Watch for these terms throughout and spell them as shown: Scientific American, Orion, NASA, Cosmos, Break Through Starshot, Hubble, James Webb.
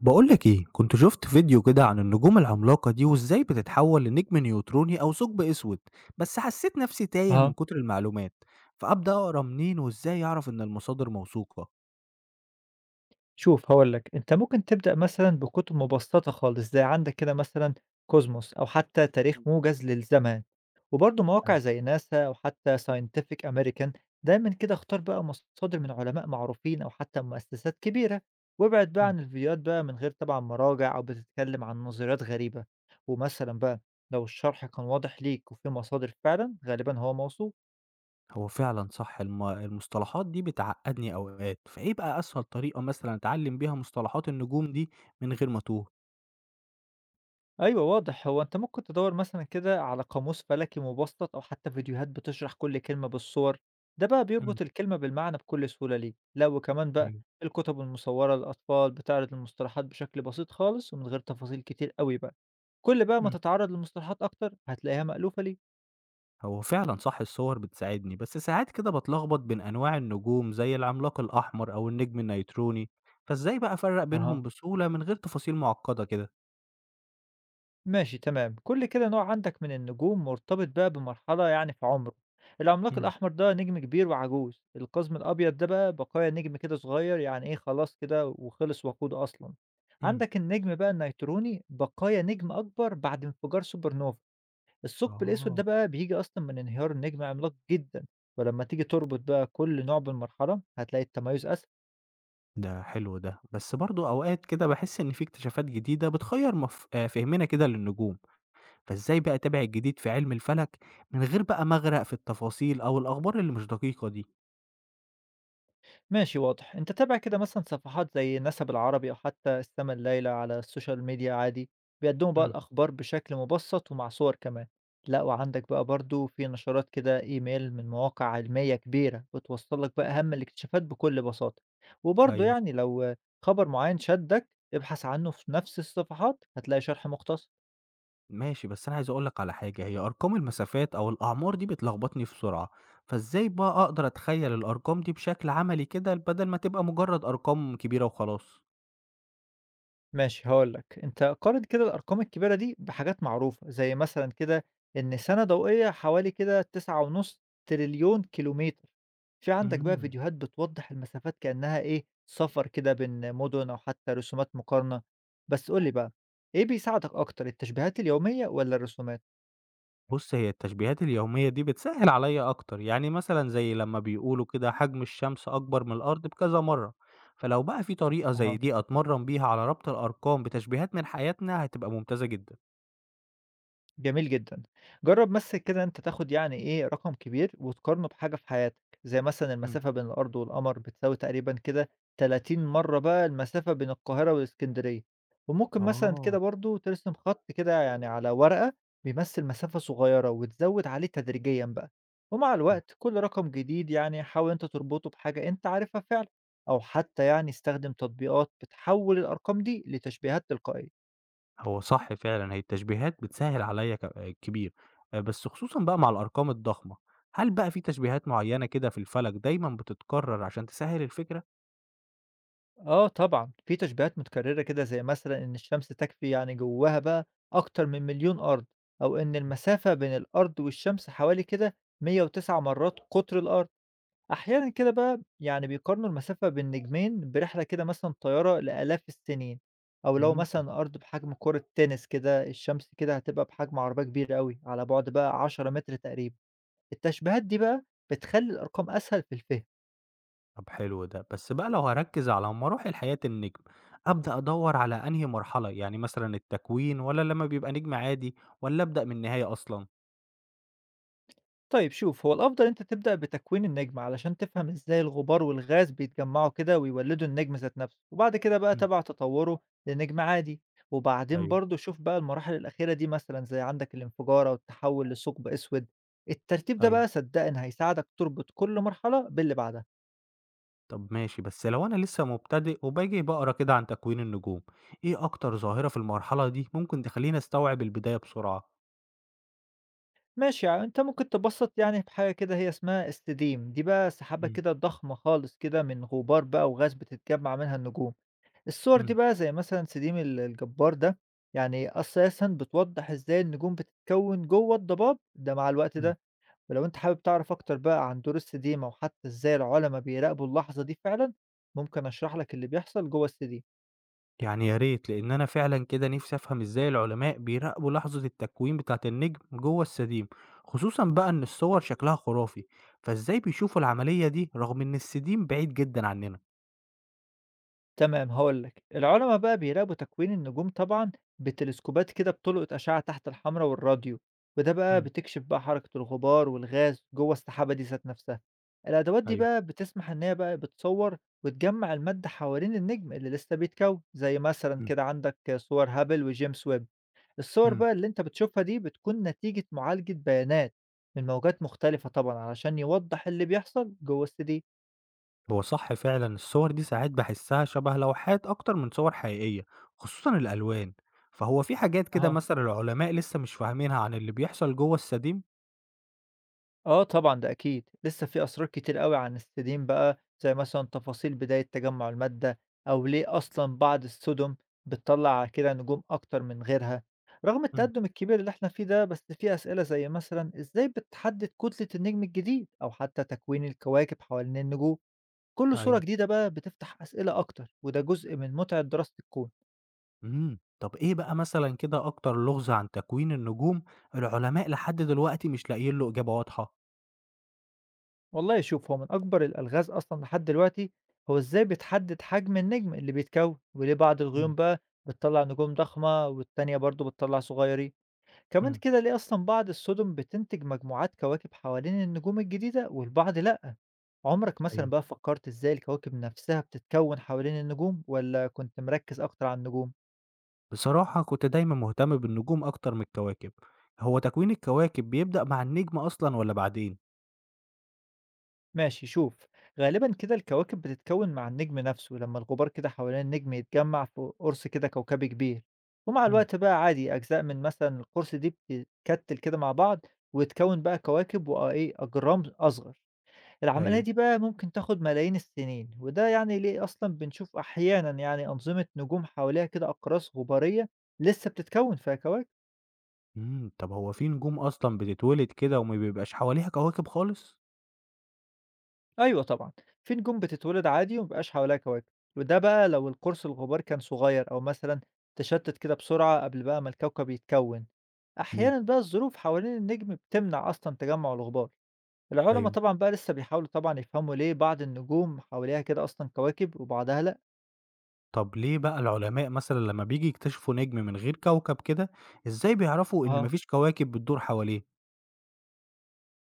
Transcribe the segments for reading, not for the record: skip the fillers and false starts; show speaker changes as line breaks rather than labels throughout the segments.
بقولك ايه كنت شفت فيديو كده عن النجوم العملاقة دي وازاي بتتحول لنجم نيوتروني او ثقب اسود. بس حسيت نفسي تايه من
أها.
كتر المعلومات. فابدا اقرا منين وازاي اعرف ان المصادر موثوقة؟
شوف هاقول لك، أنت ممكن تبدأ مثلًا بكتب مبسطة خالص، زي عندك كده مثلًا كوزموس أو حتى تاريخ
مم.
موجز للزمان، وبرضه مواقع
ايوه.
زي ناسا أو حتى Scientific American دايمًا كده اختار بقى مصادر من علماء معروفين أو حتى مؤسسات كبيرة، وابعد بقى
مم.
عن الفيديوهات بقى من غير طبعًا مراجع أو بتتكلم عن نظريات غريبة، ومثلًا بقى لو الشرح كان واضح ليك وفي مصادر فعلًا غالبًا هو موثوق.
هو فعلا صح المصطلحات دي بتعقدني اوقات، فايه بقى اسهل طريقة مثلا اتعلم بيها مصطلحات النجوم دي من غير ما اتوه؟
أيوه واضح، هو أنت ممكن تدوّر مثلًا كده على قاموس فلكي مبسّط أو حتى فيديوهات بتشرح كل كلمة بالصور، ده بقى
مم.
بيربط الكلمة بالمعنى بكل سهولة ليك، لا وكمان بقى
ايوه.
الكُتب المصوّرة للأطفال بتعرض المصطلحات بشكل بسيط خالص ومن غير تفاصيل كتير أوي بقى، كل بقى ما تتعرّض لمصطلحات أكتر هتلاقيها مألوفة ليك.
هو فعلًا صح الصور بتساعدني، بس ساعات كده باتلخبط بين أنواع النجوم زي العملاق الأحمر أو النجم النيتروني، فإزاي بقى أفرّق
أها.
بينهم بسهولة من غير تفاصيل معقدة كده؟
ماشي تمام كل كده نوع عندك من النجوم مرتبط بقى بمرحلة يعني في عمره. العملاق
إمم،
الأحمر ده نجم كبير وعجوز، القزم الأبيض ده بقى بقايا نجم كده صغير يعني إيه خلاص كده وخلص وقوده أصلا.
إمم.
عندك النجم بقى النيتروني بقايا نجم أكبر بعد انفجار سوبر نوفا. الثقب الأسود ده
آه،
بقى بيجي أصلا من انهيار نجم عملاق جدا. ولما تيجي تربط بقى كل نوع بالمرحلة هتلاقي التميز أسهل.
ده حلو ده، بس برضه أوقات كده باحس إن في اكتشافات جديدة بتغيّر مف فهمنا كده للنجوم، فإزاي بقى أتابع الجديد في علم الفلك من غير بقى ما أغرق في التفاصيل أو الأخبار اللي مش دقيقة دي؟
ماشي واضح. أنت تابع كده مثلًا صفحات زي النسب العربي أو حتى السما الليلة على السوشيال ميديا عادي، بيقدموا بقى
إمم.
الأخبار بشكل مبسط ومع صور كمان. لأ وعندك بقى برضه في نشرات كده إيميل من مواقع علمية كبيرة، بتوصّل لك بقى أهم الاكتشافات بكل بساطة. وبرضه
أيوه.
يعني لو خبر معيّن شدّك، ابحث عنه في نفس الصفحات هتلاقي شرح مختصر.
ماشي، بس أنا عايز أقول لك على حاجة، هي أرقام المسافات أو الأعمار دي بتلخبطني بسرعة، فإزاي بقى أقدر أتخيّل الأرقام دي بشكل عملي كده بدل ما تبقى مجرّد أرقام كبيرة وخلاص؟
ماشي هاقول لك، أنت قارن كده الأرقام الكبيرة دي بحاجات معروفة، زي مثلًا كده إن سَنة ضوئية حوالي كده 9.5 تريليون كيلومتر، في عندك بقى
إمم،
فيديوهات بتوضّح المسافات كأنها إيه، سفر كده بين مدن أو حتى رسومات مقارنة، بس قُل لي بقى إيه بيساعدك أكتر التشبيهات اليومية والّا الرسومات؟
بُص هي التشبيهات اليومية دي بتسهّل عليّا أكتر، يعني مثلًا زي لمّا بيقولوا كده حجم الشمس أكبر من الأرض بكذا مرّة، فلو بقى في طريقة زي
أها.
دي أتمرّن بيها على ربط الأرقام بتشبيهات من حياتنا هتبقى ممتازة جدًا.
جميل جدًا. جرّب بس كده أنت تاخد يعني إيه، رقم كبير وتقارنه بحاجة في حياتك، زي مثلًا
إمم.
المسافة بين الأرض والقمر بتساوي تقريبًا كده 30 مرّة بقى المسافة بين القاهرة والإسكندرية. وممكن مثلًا كده
آه.
برضه ترسم خط كده يعني على ورقة بيمثّل مسافة صغيرة وتزوّد عليه تدريجيًا بقى. ومع
إمم.
الوقت كل رقم جديد يعني حاول أنت تربطه بحاجة أنت عارفها فعلًا، أو حتى يعني استخدم تطبيقات بتحوّل الأرقام دي لتشبيهات تلقائية.
هو صح فعلًا، هي التشبيهات بتسهّل عليّا كبير، بس خصوصًا بقى مع الأرقام الضخمة، هل بقى في تشبيهات معيّنة كده في الفلك دايمًا بتتكرر عشان تسهّل الفكرة؟
آه طبعًا، في تشبيهات متكررة كده زي مثلًا إن الشمس تكفي يعني جواها بقى أكتر من 1,000,000 أرض، أو إن المسافة بين الأرض والشمس حوالي كده 109 مرات قطر الأرض. أحيانًا كده بقى يعني بيقارنوا المسافة بين نجمين برحلة كده مثلًا طيارة لآلاف السنين، أو لو
إمم،
مثلًا الأرض بحجم كرة تنس كده، الشمس كده هتبقى بحجم عربية كبيرة أوي على بُعد بقى 10 متر تقريبًا. التشبيهات دي بقى بتخلّي الأرقام أسهل في الفهم.
طب حلو ده، بس بقى لو هاركّز على مراحل حياة النجم، أبدأ أدوّر على أنهي مرحلة، يعني مثلًا التكوين والّا لمّا بيبقى نجم عادي والّا أبدأ من النهاية أصلًا؟
طيب شوف هو الأفضل أنت تبدأ بتكوين النجم علشان تفهم إزاي الغبار والغاز بيتجمعوا كده ويولدوا النجم ذات نفسه وبعد كده بقى
إمم،
تبع تطوره لنجم عادي. وبعدين
أيوه،
برضو شوف بقى المراحل الأخيرة دي مثلا زي عندك الانفجار أو التحول لثقب أسود. الترتيب ده
أيوه،
بقى صدقني هيساعدك تربط كل مرحلة باللي بعدها.
طب ماشي، بس لو أنا لسه مبتدئ وباجي باقرا كده عن تكوين النجوم، إيه أكتر ظاهرة في المرحلة دي ممكن تخلّيني أستوعب البداية بسرعة؟
ماشي يعني أنت ممكن تبسط يعني بحاجة كده هي اسمها استديم، دي بقى سحابة
إمم،
كده ضخمة خالص كده من غبار بقى وغاز بتتجمع منها النجوم. الصور دي
إمم،
بقى زي مثلًا سليم الجبّار ده، يعني أساسًا بتوضّح إزاي النجوم بتتكوّن جوّه الضباب ده مع الوقت
إمم.
ده، ولو أنت حابب تعرف أكتر بقى عن دور السديمة وحتى إزاي العُلما بيراقبوا اللحظة دي فعلًا، ممكن أشرح لك اللي بيحصل جوّه السديم.
يعني يا ريت، لإن أنا فعلًا كده نِفْسي أفهم إزاي العلماء بيراقبوا لحظة التكوين بتاعة النجم جوّه السديم، خصوصًا بقى إن الصور شكلها خرافي، فإزاي بيشوفوا العملية دي رغم إن السديم بعيد جدًا عننا؟
تمام هاقول لك، العُلَمَا بقى بيراقبوا تكوين النجوم طبعًا بتلسكوبات كده بتُلقط أشعة تحت الحمرا والراديو، وده بقى
إمم،
بتكشف بقى حركة الغبار والغاز جوه السحابة دي ذات نفسها، الأدوات دي
أيوه،
بقى بتسمح إن هي بقى بتصوّر وتجمّع المادة حوالين النجم اللي لسه بيتكوّن، زي مثلًا
إمم،
كده عندك صور هابل وجيمس ويب، الصور
إمم.
بقى اللي أنت بتشوفها دي بتكون نتيجة معالجة بيانات من موجات مختلفة طبعًا علشان يوضّح اللي بيحصل جوه السديد.
هو صح فعلًا الصور دي ساعات باحسّها شبه لوحات أكتر من صور حقيقية، خصوصًا الألوان، فهو في حاجات كده مثلًا العلماء لسه مش فاهمينها عن اللي بيحصل جوّه السديم؟
آه طبعًا ده أكيد، لسه في أسرار كتير أوي عن السيديم بقى، زي مثلًا تفاصيل بداية تجمُّع المادة، أو ليه أصلًا بعض السُدُم بتطلّع كده نجوم أكتر من غيرها. رغم
إمم،
التقدُّم الكبير اللي إحنا فيه ده، بس في أسئلة زي مثلًا إزاي بتحدد كتلة النجم الجديد، أو حتى تكوين الكواكب حوالين النجوم. كل صورة
أيوه.
جديدة بقى بتفتح أسئلة أكتر، وده جزء من متعة دراسة الكون.
إمم، طب إيه بقى مثلًا كده أكتر لغز عن تكوين النجوم العلماء لحد دلوقتي مش لاقيين له إجابة واضحة؟
والله شوف هو من أكبر الألغاز أصلًا لحد دلوقتي هو إزاي بتحدد حجم النجم اللي بيتكون، وليه بعض الغيوم
إمم،
بقى بتطلّع نجوم ضخمة والتانية برضه بتطلّع صغيرين، كمان
إمم،
كده ليه أصلًا بعض السُدُم بتنتج مجموعات كواكب حوالين النجوم الجديدة والبعض لأ، عمرك مثلًا
أيوه.
بقى فكّرت إزاي الكواكب نفسها بتتكون حوالين النجوم والّا كنت مركّز أكتر على النجوم؟
بصراحة كنت دايمًا مهتم بالنجوم أكتر من الكواكب، هو تكوين الكواكب بيبدأ مع النجم أصلًا والّا بعدين؟
ماشي شوف غالبا كده الكواكب بتتكون مع النجم نفسه لما الغبار كده حوالين النجم يتجمع في قرص كده كوكبي كبير، ومع
إمم،
الوقت بقى عادي أجزاء من مثلا القرص دي بتتكتل كده مع بعض وتكون بقى كواكب وإيه أجرام أصغر. العملية
أيوه.
دي بقى ممكن تاخد ملايين السنين وده يعني ليه أصلا بنشوف أحيانا يعني أنظمة نجوم حواليها كده أقراص غبارية لسه بتتكون فيها كواكب.
إمم، طب هو في نجوم أصلًا بتتولد كده وما بيبقاش حواليها كواكب خالص؟
أيوه طبعًا، في نجوم بتتولد عادي وما بيبقاش حواليها كواكب، وده بقى لو القرص الغبار كان صغير أو مثلًا تشتت كده بسرعة قبل بقى ما الكوكب يتكون.
إمم،
أحيانًا بقى الظروف حوالين النجم بتمنع أصلًا تجمع الغبار. العلما
أيوه.
طبعًا بقى لسه بيحاولوا طبعًا يفهموا ليه بعض النجوم حواليها كده أصلًا كواكب وبعضها لأ.
طب ليه بقى العلماء مثلًا لما بييجي يكتشفوا نجم من غير كوكب كده، إزاي بيعرفوا إن ما
أها.
فيش كواكب بتدور حواليه؟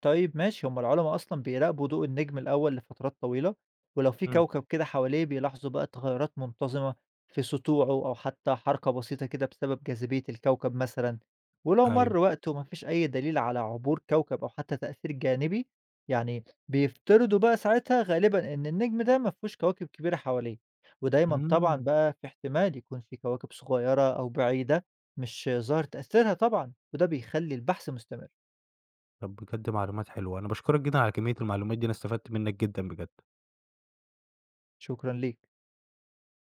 طيب ماشي، هم العُلَمَا أصلًا بيراقبوا ضوء النجم الأول لفترات طويلة، ولو في
إمم،
كوكب كده حواليه بيلاحظوا بقى تغيُّرات منتظمة في سطوعه أو حتى حركة بسيطة كده بسبب جاذبية الكوكب مثلًا، ولو
أيوه.
مَر وقت وما فيش أي دليل على عبور كوكب أو حتى تأثير جانبي، يعني بيفترضوا بقى ساعتها غالبًا إن النجم ده ما فيهوش كواكب كبيرة حواليه، ودايمًا طبعًا
إمم.
بقى في احتمال يكون في كواكب صغيرة أو بعيدة مش ظاهر تأثيرها طبعًا، وده بيخلّي البحث مستمر.
طب بجد معلومات حلوة، أنا باشكرك جدًا على كمية المعلومات دي، أنا استفدت منّك جدًا بجد.
شكرًا ليك.